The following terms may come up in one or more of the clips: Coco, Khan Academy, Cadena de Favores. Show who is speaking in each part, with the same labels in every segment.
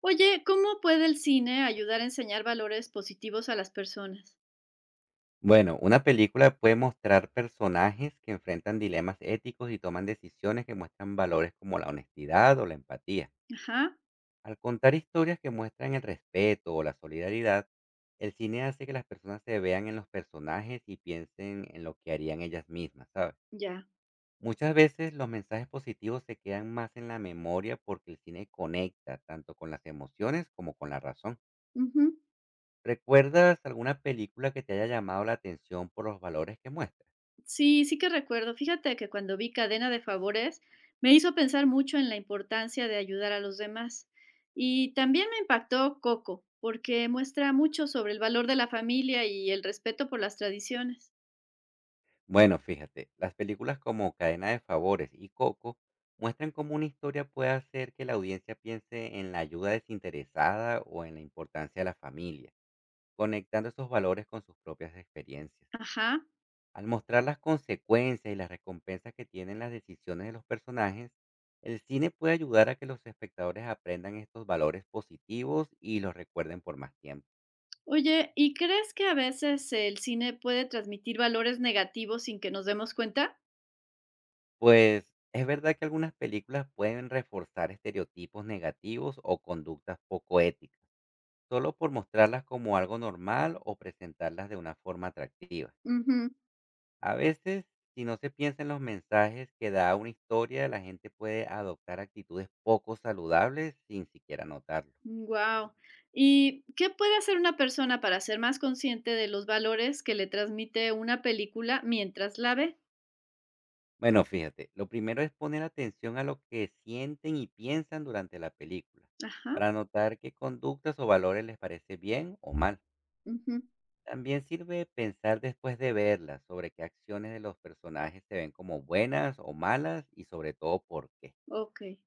Speaker 1: Oye, ¿cómo puede el cine ayudar a enseñar valores positivos a las personas?
Speaker 2: Bueno, una película puede mostrar personajes que enfrentan dilemas éticos y toman decisiones que muestran valores como la honestidad o la empatía.
Speaker 1: Ajá,
Speaker 2: Al contar historias que muestran el respeto o la solidaridad, el cine hace que las personas se vean en los personajes y piensen en lo que harían ellas mismas, ¿sabes?
Speaker 1: ya.
Speaker 2: Muchas veces los mensajes positivos se quedan más en la memoria porque el cine conecta tanto con las emociones como con la razón.
Speaker 1: Ujú.
Speaker 2: ¿Recuerdas alguna película que te haya llamado la atención por los valores que muestra?
Speaker 1: Sí, sí que recuerdo. Fíjate que cuando vi Cadena de Favores me hizo pensar mucho en la importancia de ayudar a los demás. Y también me impactó Coco, porque muestra mucho sobre el valor de la familia y el respeto por las tradiciones.
Speaker 2: Bueno, fíjate, las películas como Cadena de Favores y Coco muestran cómo una historia puede hacer que la audiencia piense en la ayuda desinteresada o en la importancia de la familia, conectando esos valores con sus propias experiencias.
Speaker 1: Ajá.
Speaker 2: Al mostrar las consecuencias y las recompensas que tienen las decisiones de los personajes, el cine puede ayudar a que los espectadores aprendan estos valores positivos y los recuerden por más tiempo.
Speaker 1: Oye, ¿y crees que a veces el cine puede transmitir valores negativos sin que nos demos cuenta?
Speaker 2: Pues, es verdad que algunas películas pueden reforzar estereotipos negativos o conductas poco éticas, solo por mostrarlas como algo normal o presentarlas de una forma atractiva. A veces, si no se piensa en los mensajes que da una historia, la gente puede adoptar actitudes poco saludables sin siquiera notarlo.
Speaker 1: Wow. ¿Y qué puede hacer una persona para ser más consciente de los valores que le transmite una película mientras la ve?
Speaker 2: Bueno, fíjate, lo primero es poner atención a lo que sienten y piensan durante la película,
Speaker 1: Ajá.
Speaker 2: para notar qué conductas o valores les parece bien o mal.
Speaker 1: Ujú.
Speaker 2: También sirve pensar después de verlas sobre qué acciones de los personajes se ven como buenas o malas y sobre todo por qué.
Speaker 1: Okey,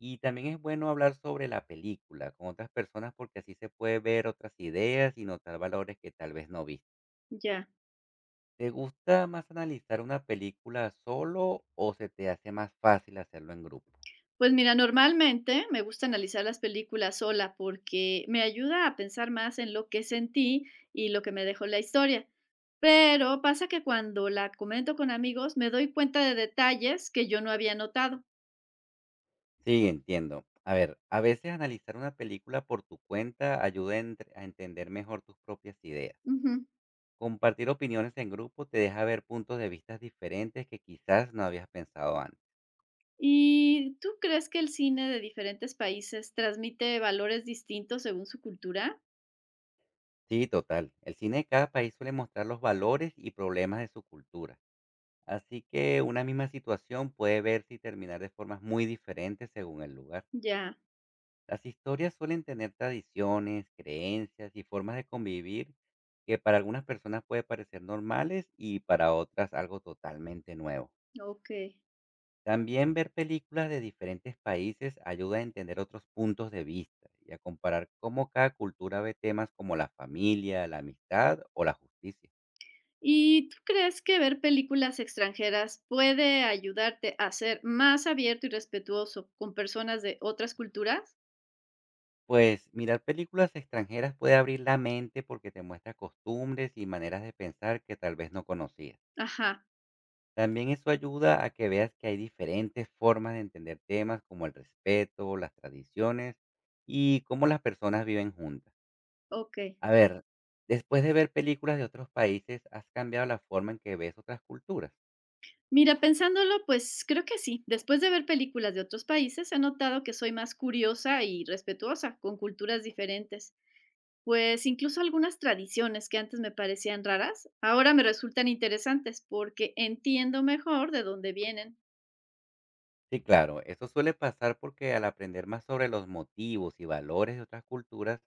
Speaker 2: Y también es bueno hablar sobre la película con otras personas porque así se puede ver otras ideas y notar valores que tal vez no viste.
Speaker 1: ya.
Speaker 2: ¿Te gusta más analizar una película solo o se te hace más fácil hacerlo en grupo?
Speaker 1: Pues mira, normalmente me gusta analizar las películas sola porque me ayuda a pensar más en lo que sentí y lo que me dejó la historia. Pero pasa que cuando la comento con amigos me doy cuenta de detalles que yo no había notado.
Speaker 2: Sí, entiendo. A ver, a veces analizar una película por tu cuenta ayuda a a entender mejor tus propias ideas. Compartir opiniones en grupo te deja ver puntos de vistas diferentes que quizás no habías pensado antes.
Speaker 1: ¿Y tú crees que el cine de diferentes países transmite valores distintos según su cultura?
Speaker 2: Sí, total. El cine de cada país suele mostrar los valores y problemas de su cultura. Así que una misma situación puede verse y terminar de formas muy diferentes según el lugar.
Speaker 1: Ya,
Speaker 2: Las historias suelen tener tradiciones, creencias y formas de convivir que para algunas personas puede parecer normales y para otras algo totalmente nuevo.
Speaker 1: okey.
Speaker 2: También ver películas de diferentes países ayuda a entender otros puntos de vista y a comparar cómo cada cultura ve temas como la familia, la amistad o la justicia.
Speaker 1: ¿Y tú crees que ver películas extranjeras puede ayudarte a ser más abierto y respetuoso con personas de otras culturas?
Speaker 2: Pues mirar películas extranjeras puede abrir la mente porque te muestra costumbres y maneras de pensar que tal vez no conocías.
Speaker 1: Ajá,
Speaker 2: También eso ayuda a que veas que hay diferentes formas de entender temas como el respeto, las tradiciones y cómo las personas viven juntas.
Speaker 1: okey.
Speaker 2: A ver, después de ver películas de otros países, ¿has cambiado la forma en que ves otras culturas?
Speaker 1: Mira, pensándolo, pues creo que sí. Después de ver películas de otros países, he notado que soy más curiosa y respetuosa con culturas diferentes. Pues incluso algunas tradiciones que antes me parecían raras, ahora me resultan interesantes porque entiendo mejor de dónde vienen,
Speaker 2: Sí, claro, eso suele pasar porque al aprender más sobre los motivos y valores de otras culturas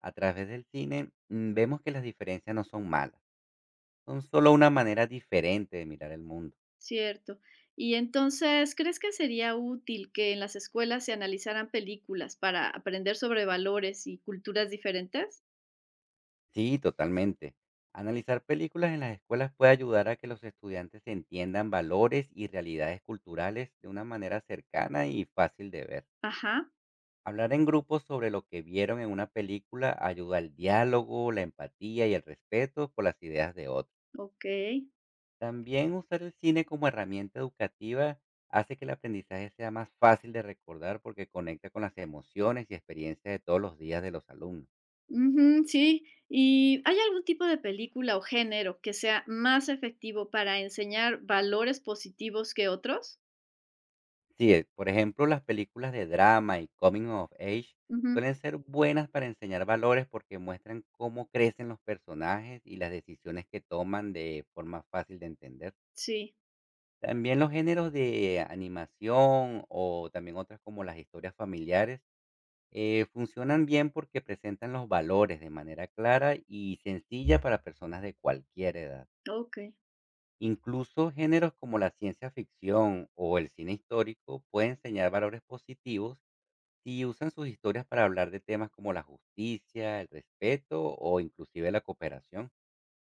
Speaker 2: a través del cine, vemos que las diferencias no son malas, son solo una manera diferente de mirar el mundo.
Speaker 1: ¿cierto? Y entonces, ¿crees que sería útil que en las escuelas se analizaran películas para aprender sobre valores y culturas diferentes?
Speaker 2: Sí, totalmente. Analizar películas en las escuelas puede ayudar a que los estudiantes entiendan valores y realidades culturales de una manera cercana y fácil de ver.
Speaker 1: Ajá,
Speaker 2: Hablar en grupo sobre lo que vieron en una película ayuda al diálogo, la empatía y el respeto por las ideas de otros.
Speaker 1: ok.
Speaker 2: También usar el cine como herramienta educativa hace que el aprendizaje sea más fácil de recordar porque conecta con las emociones y experiencias de todos los días de los alumnos.
Speaker 1: Ujú, sí. ¿Y hay algún tipo de película o género que sea más efectivo para enseñar valores positivos que otros?
Speaker 2: Sí, por ejemplo, las películas de drama y coming of age
Speaker 1: Ujú,
Speaker 2: suelen ser buenas para enseñar valores porque muestran cómo crecen los personajes y las decisiones que toman de forma fácil de entender.
Speaker 1: sí,
Speaker 2: También los géneros de animación o también otras como las historias familiares funcionan bien porque presentan los valores de manera clara y sencilla para personas de cualquier edad.
Speaker 1: ok.
Speaker 2: Incluso géneros como la ciencia ficción o el cine histórico pueden enseñar valores positivos si usan sus historias para hablar de temas como la justicia, el respeto o inclusive la cooperación.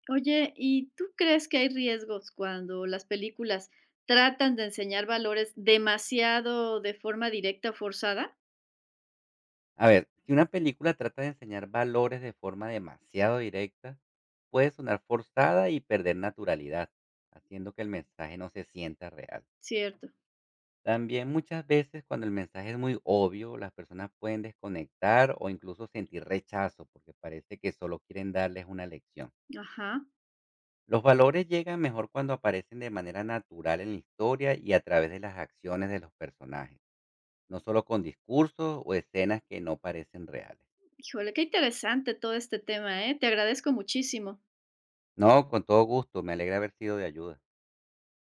Speaker 1: Oye, ¿y tú crees que hay riesgos cuando las películas tratan de enseñar valores demasiado de forma directa o forzada?
Speaker 2: A ver, si una película trata de enseñar valores de forma demasiado directa, puede sonar forzada y perder naturalidad, haciendo que el mensaje no se sienta real.
Speaker 1: Cierto.
Speaker 2: También muchas veces cuando el mensaje es muy obvio, las personas pueden desconectar o incluso sentir rechazo porque parece que solo quieren darles una lección.
Speaker 1: Ajá.
Speaker 2: Los valores llegan mejor cuando aparecen de manera natural en la historia y a través de las acciones de los personajes, no solo con discursos o escenas que no parecen reales.
Speaker 1: Híjole, qué interesante todo este tema, ¿eh? Te agradezco muchísimo.
Speaker 2: No, con todo gusto, me alegra haber sido de ayuda.